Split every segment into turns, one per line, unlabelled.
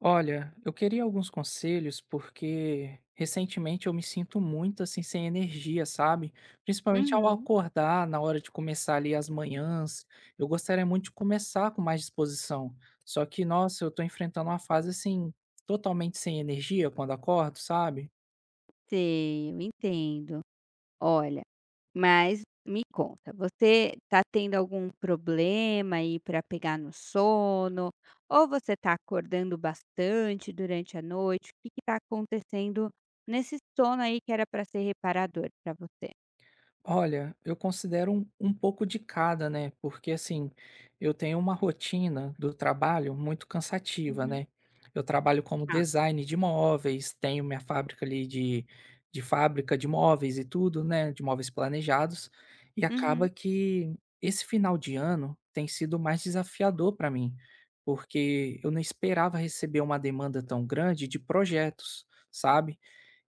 Olha, eu queria alguns conselhos porque recentemente eu me sinto muito assim sem energia, sabe? Principalmente ao
Uhum.
acordar, na hora de começar ali as manhãs, eu gostaria muito de começar com mais disposição. Só que, nossa, eu tô enfrentando uma fase assim totalmente sem energia quando acordo, sabe?
Sei, eu entendo. Olha, mas me conta, você tá tendo algum problema aí para pegar no sono? Ou você tá acordando bastante durante a noite? O que que tá acontecendo nesse sono aí que era para ser reparador para você?
Olha, eu considero um pouco de cada, né? Porque assim, eu tenho uma rotina do trabalho muito cansativa,
Uhum.
né? Eu trabalho como
Tá.
design de móveis, tenho minha fábrica ali de fábrica de móveis e tudo, né? De móveis planejados, e
Uhum.
acaba que esse final de ano tem sido mais desafiador para mim, porque eu não esperava receber uma demanda tão grande de projetos, sabe?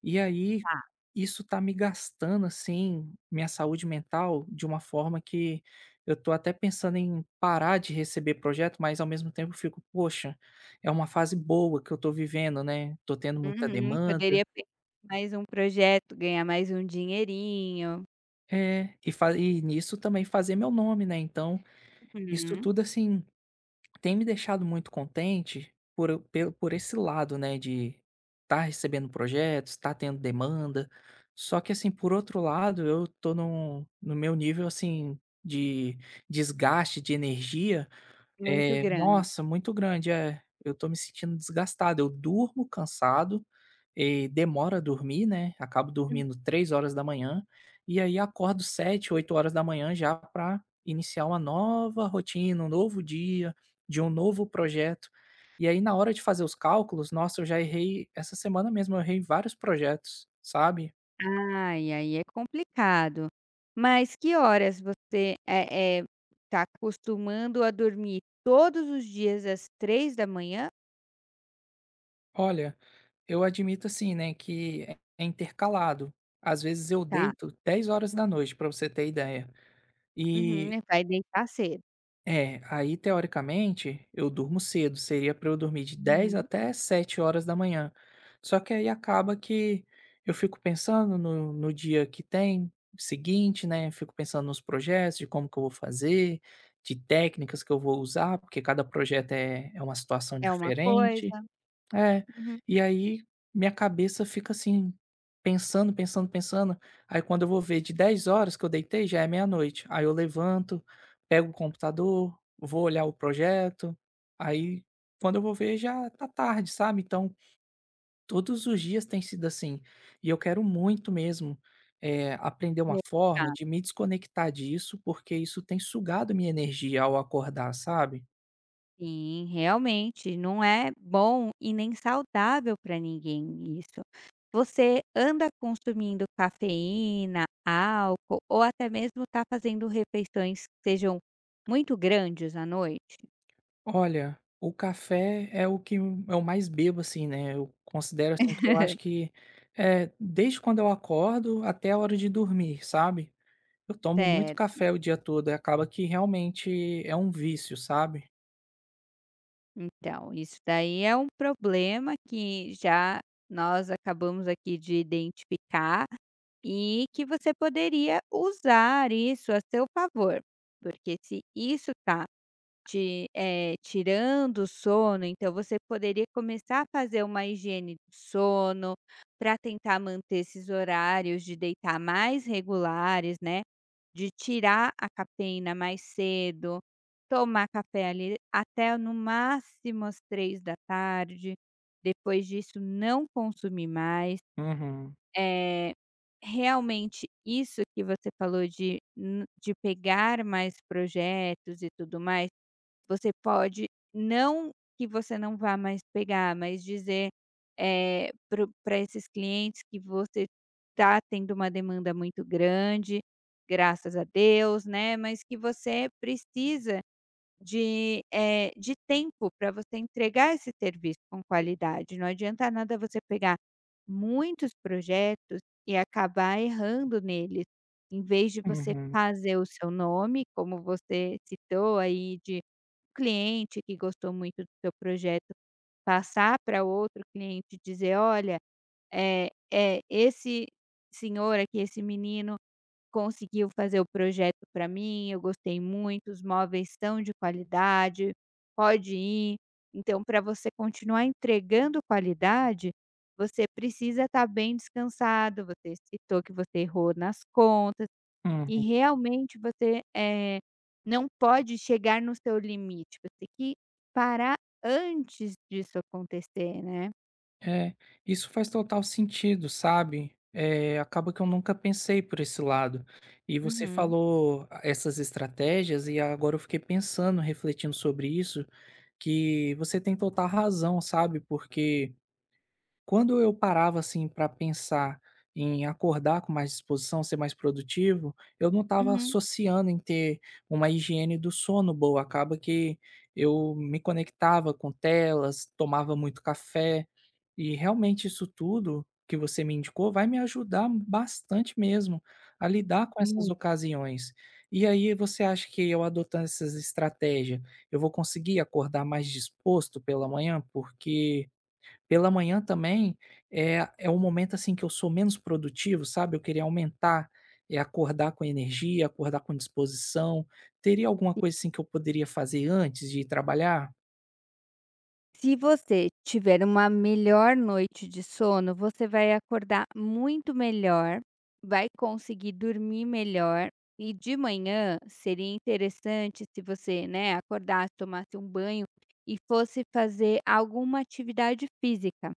E aí,
Tá.
isso tá me gastando, assim, minha saúde mental de uma forma que eu tô até pensando em parar de receber projeto, mas ao mesmo tempo eu fico, poxa, é uma fase boa que eu tô vivendo, né? Tô tendo muita
Uhum.
demanda.
Poderia pegar mais um projeto, ganhar mais um dinheirinho.
É, e nisso também fazer meu nome, né? Então, isso
Uhum.
tudo assim tem me deixado muito contente por eu pelo por esse lado, né, de tá recebendo projetos, tá tendo demanda, só que assim, por outro lado, eu tô num no meu nível, assim, de desgaste de energia
Muito
é,
grande.
nossa, muito grande, é. Eu tô me sentindo desgastado, eu durmo cansado, e demora a dormir, né, acabo dormindo 3 horas da manhã e aí acordo 7, 8 horas da manhã já para iniciar uma nova rotina, um novo dia, de um novo projeto. E aí na hora de fazer os cálculos, nossa, eu já errei essa semana mesmo, eu errei vários projetos, sabe.
Ai, aí é complicado. Mas que horas você, tá acostumando a dormir todos os dias às 3 da manhã?
Olha, eu admito assim, né, que é intercalado, às vezes eu
Tá,
deito 10 horas da noite, para você ter ideia.
uhum,
E
e vai deitar cedo.
É, aí teoricamente eu durmo cedo, seria para eu dormir de 10
Uhum.
até 7 horas da manhã. Só que aí acaba que eu fico pensando no dia que tem seguinte, né, fico pensando nos projetos, de como que eu vou fazer, de técnicas que eu vou usar, porque cada projeto é uma situação
É uma
diferente.
coisa.
É,
Uhum.
e aí minha cabeça fica assim, pensando, pensando, pensando. Aí quando eu vou ver de 10 horas que eu deitei, já é meia-noite. Aí eu levanto, pego o computador, vou olhar o projeto. Aí quando eu vou ver já tá tarde, sabe? Então todos os dias tem sido assim. E eu quero muito mesmo, aprender uma forma
Meditar,
de me desconectar disso, porque isso tem sugado minha energia ao acordar, sabe?
sim, realmente não é bom e nem saudável para ninguém isso. Você anda consumindo cafeína, álcool ou até mesmo está fazendo refeições que sejam muito grandes à noite?
Olha, o café é o que eu mais bebo, assim, né, eu considero, assim, que eu acho que, desde quando eu acordo até a hora de dormir, sabe. Eu tomo muito
Certo.
café o dia todo e acaba que realmente é um vício, sabe.
Então, isso daí é um problema que já nós acabamos aqui de identificar e que você poderia usar isso a seu favor, porque se isso está te, tirando o sono, então você poderia começar a fazer uma higiene do sono para tentar manter esses horários de deitar mais regulares, né? De tirar a cafeína mais cedo, tomar café ali até no máximo às 3 da tarde, depois disso não consumir mais.
Uhum,
É realmente isso que você falou de n de pegar mais projetos e tudo mais, você pode não que você não vá mais pegar, mas dizer, para esses clientes que você está tendo uma demanda muito grande, graças a Deus, né, mas que você precisa de tempo para você entregar esse serviço com qualidade. Não adianta nada você pegar muitos projetos e acabar errando neles, em vez de você
uhum,
fazer o seu nome, como você citou aí de cliente que gostou muito do seu projeto passar para outro cliente e dizer: "Olha, é esse senhor aqui, esse menino conseguiu fazer o projeto para mim, eu gostei muito, os móveis são de qualidade, pode ir". Então, para você continuar entregando qualidade, você precisa estar bem descansado. Você citou que você errou nas contas e
hum.
realmente você, não pode chegar no seu limite, você tem que parar antes disso acontecer, né.
É, isso faz total sentido, sabe? Eh, acaba que eu nunca pensei por esse lado. E você
Uhum,
falou essas estratégias e agora eu fiquei pensando, refletindo sobre isso, que você tem total razão, sabe? Porque quando eu parava, assim, para pensar em acordar com mais disposição, ser mais produtivo, eu não estava
uhum.
associando em ter uma higiene do sono boa. Acaba que eu me conectava com telas, tomava muito café, e realmente isso tudo que você me indicou vai me ajudar bastante mesmo a lidar com essas
Muito.
ocasiões. E aí, você acha que eu adotando essas estratégias, eu vou conseguir acordar mais disposto pela manhã? Porque pela manhã também é um momento, assim, que eu sou menos produtivo, sabe, eu queria aumentar, acordar com energia, acordar com disposição. Teria alguma coisa, assim, que eu poderia fazer antes de ir trabalhar?
Se você tiver uma melhor noite de sono, você vai acordar muito melhor, vai conseguir dormir melhor e de manhã seria interessante se você, né, acordasse, tomasse um banho e fosse fazer alguma atividade física.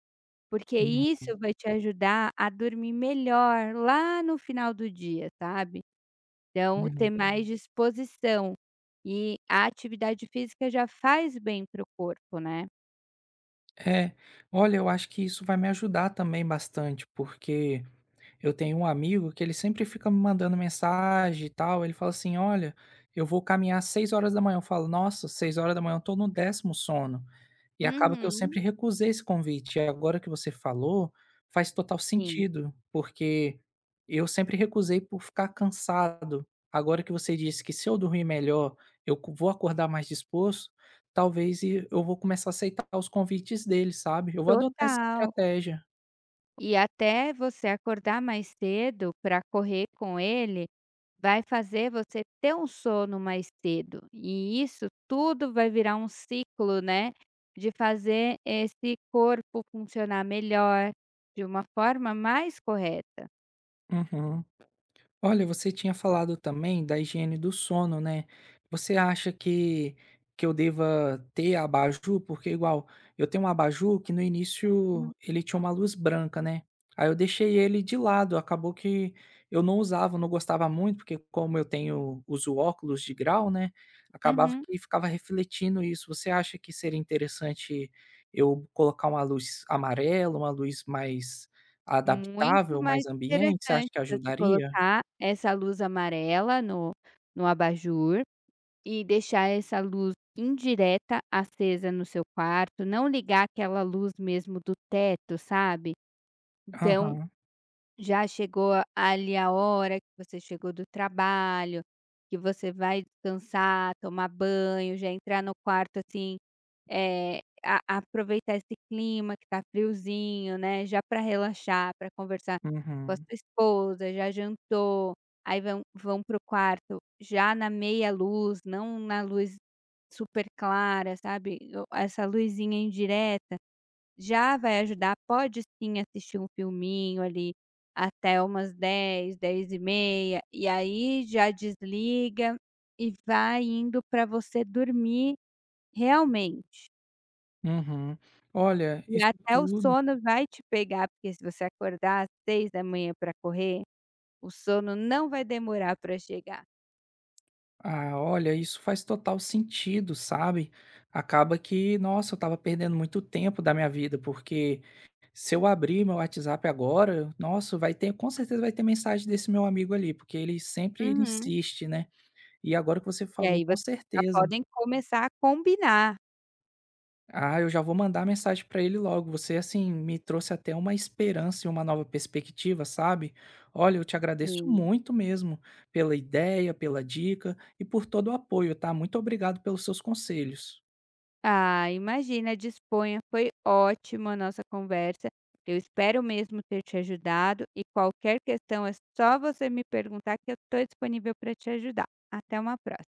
Porque
Uhum,
isso vai te ajudar a dormir melhor lá no final do dia, sabe. Então, ter
uhum.
mais Uhum. disposição. E a atividade física já faz bem para o corpo, né.
É, olha, eu acho que isso vai me ajudar também bastante, porque eu tenho um amigo que ele sempre fica me mandando mensagem e tal. Ele fala assim: "Olha, eu vou caminhar às 6 horas da manhã". Eu falo: "Nossa, 6 horas da manhã, eu tô no décimo sono". E acaba que eu
Uhum.
sempre recusei esse convite. E agora que você falou, faz total
Sim,
sentido, porque eu sempre recusei por ficar cansado. Agora que você disse que se eu dormir melhor, vou acordar mais disposto, talvez eu vou começar a aceitar os convites dele, sabe? Eu vou adotar essa
total.
estratégia.
E até você acordar mais cedo para correr com ele, vai fazer você ter um sono mais cedo. E isso tudo vai virar um ciclo, né, de fazer esse corpo funcionar melhor, de uma forma mais correta.
Uhum. Olha, você tinha falado também da higiene do sono, né? Você acha que eu deva ter abajur? Porque, igual, eu tenho um abajur que no início
Uhum.
ele tinha uma luz branca, né? Aí eu deixei ele de lado, acabou que eu não usava, não gostava muito, porque como eu tenho, uso óculos de grau, né? Acabava
Uhum.
que ficava refletindo isso. Você acha que seria interessante eu colocar uma luz amarela, uma luz mais
Muito
adaptável,
mais
mais ambiente? Você
interessante
acha que
você
ajudaria?
colocar essa luz amarela no no abajur e deixar essa luz indireta acesa no seu quarto, não ligar aquela luz mesmo do teto, sabe. Então,
Aham,
já chegou ali a hora que você chegou do trabalho, que você vai descansar, tomar banho, já entrar no quarto, assim, eh, a aproveitar esse clima que tá friozinho, né, já para relaxar, para conversar com a
uhum,
sua esposa, já jantou, aí vão pro quarto já na meia luz, não na luz super clara, sabe, o essa luzinha indireta já vai ajudar. Pode sim assistir um filminho ali até umas 10, 10 e meia e aí já desliga e vai indo para você dormir realmente.
uhum. Olha,
E
isso
até o
tudo
sono vai te pegar, porque se você acordar às 6 da manhã para correr, o sono não vai demorar para chegar.
olha, isso faz total sentido, sabe. Acaba que, nossa, eu estava perdendo muito tempo da minha vida, porque se eu abrir meu WhatsApp agora, nossa, vai ter, com certeza vai ter mensagem desse meu amigo ali, porque ele sempre ele
Uhum.
insiste, né. E agora que você
E
falou,
aí
com
vocês já
certeza.
podem começar a combinar
Ah, eu já vou mandar mensagem pra ele logo. Você, assim, me trouxe até uma esperança e uma nova perspectiva, sabe? Olha, eu te agradeço
que
muito mesmo pela ideia, pela dica e por todo o apoio, tá? Muito obrigado pelos seus conselhos.
ah, imagina, disponha, foi ótima a nossa conversa, eu espero mesmo ter te ajudado e qualquer questão é só você me perguntar que eu estou disponível para te ajudar. Até uma próxima.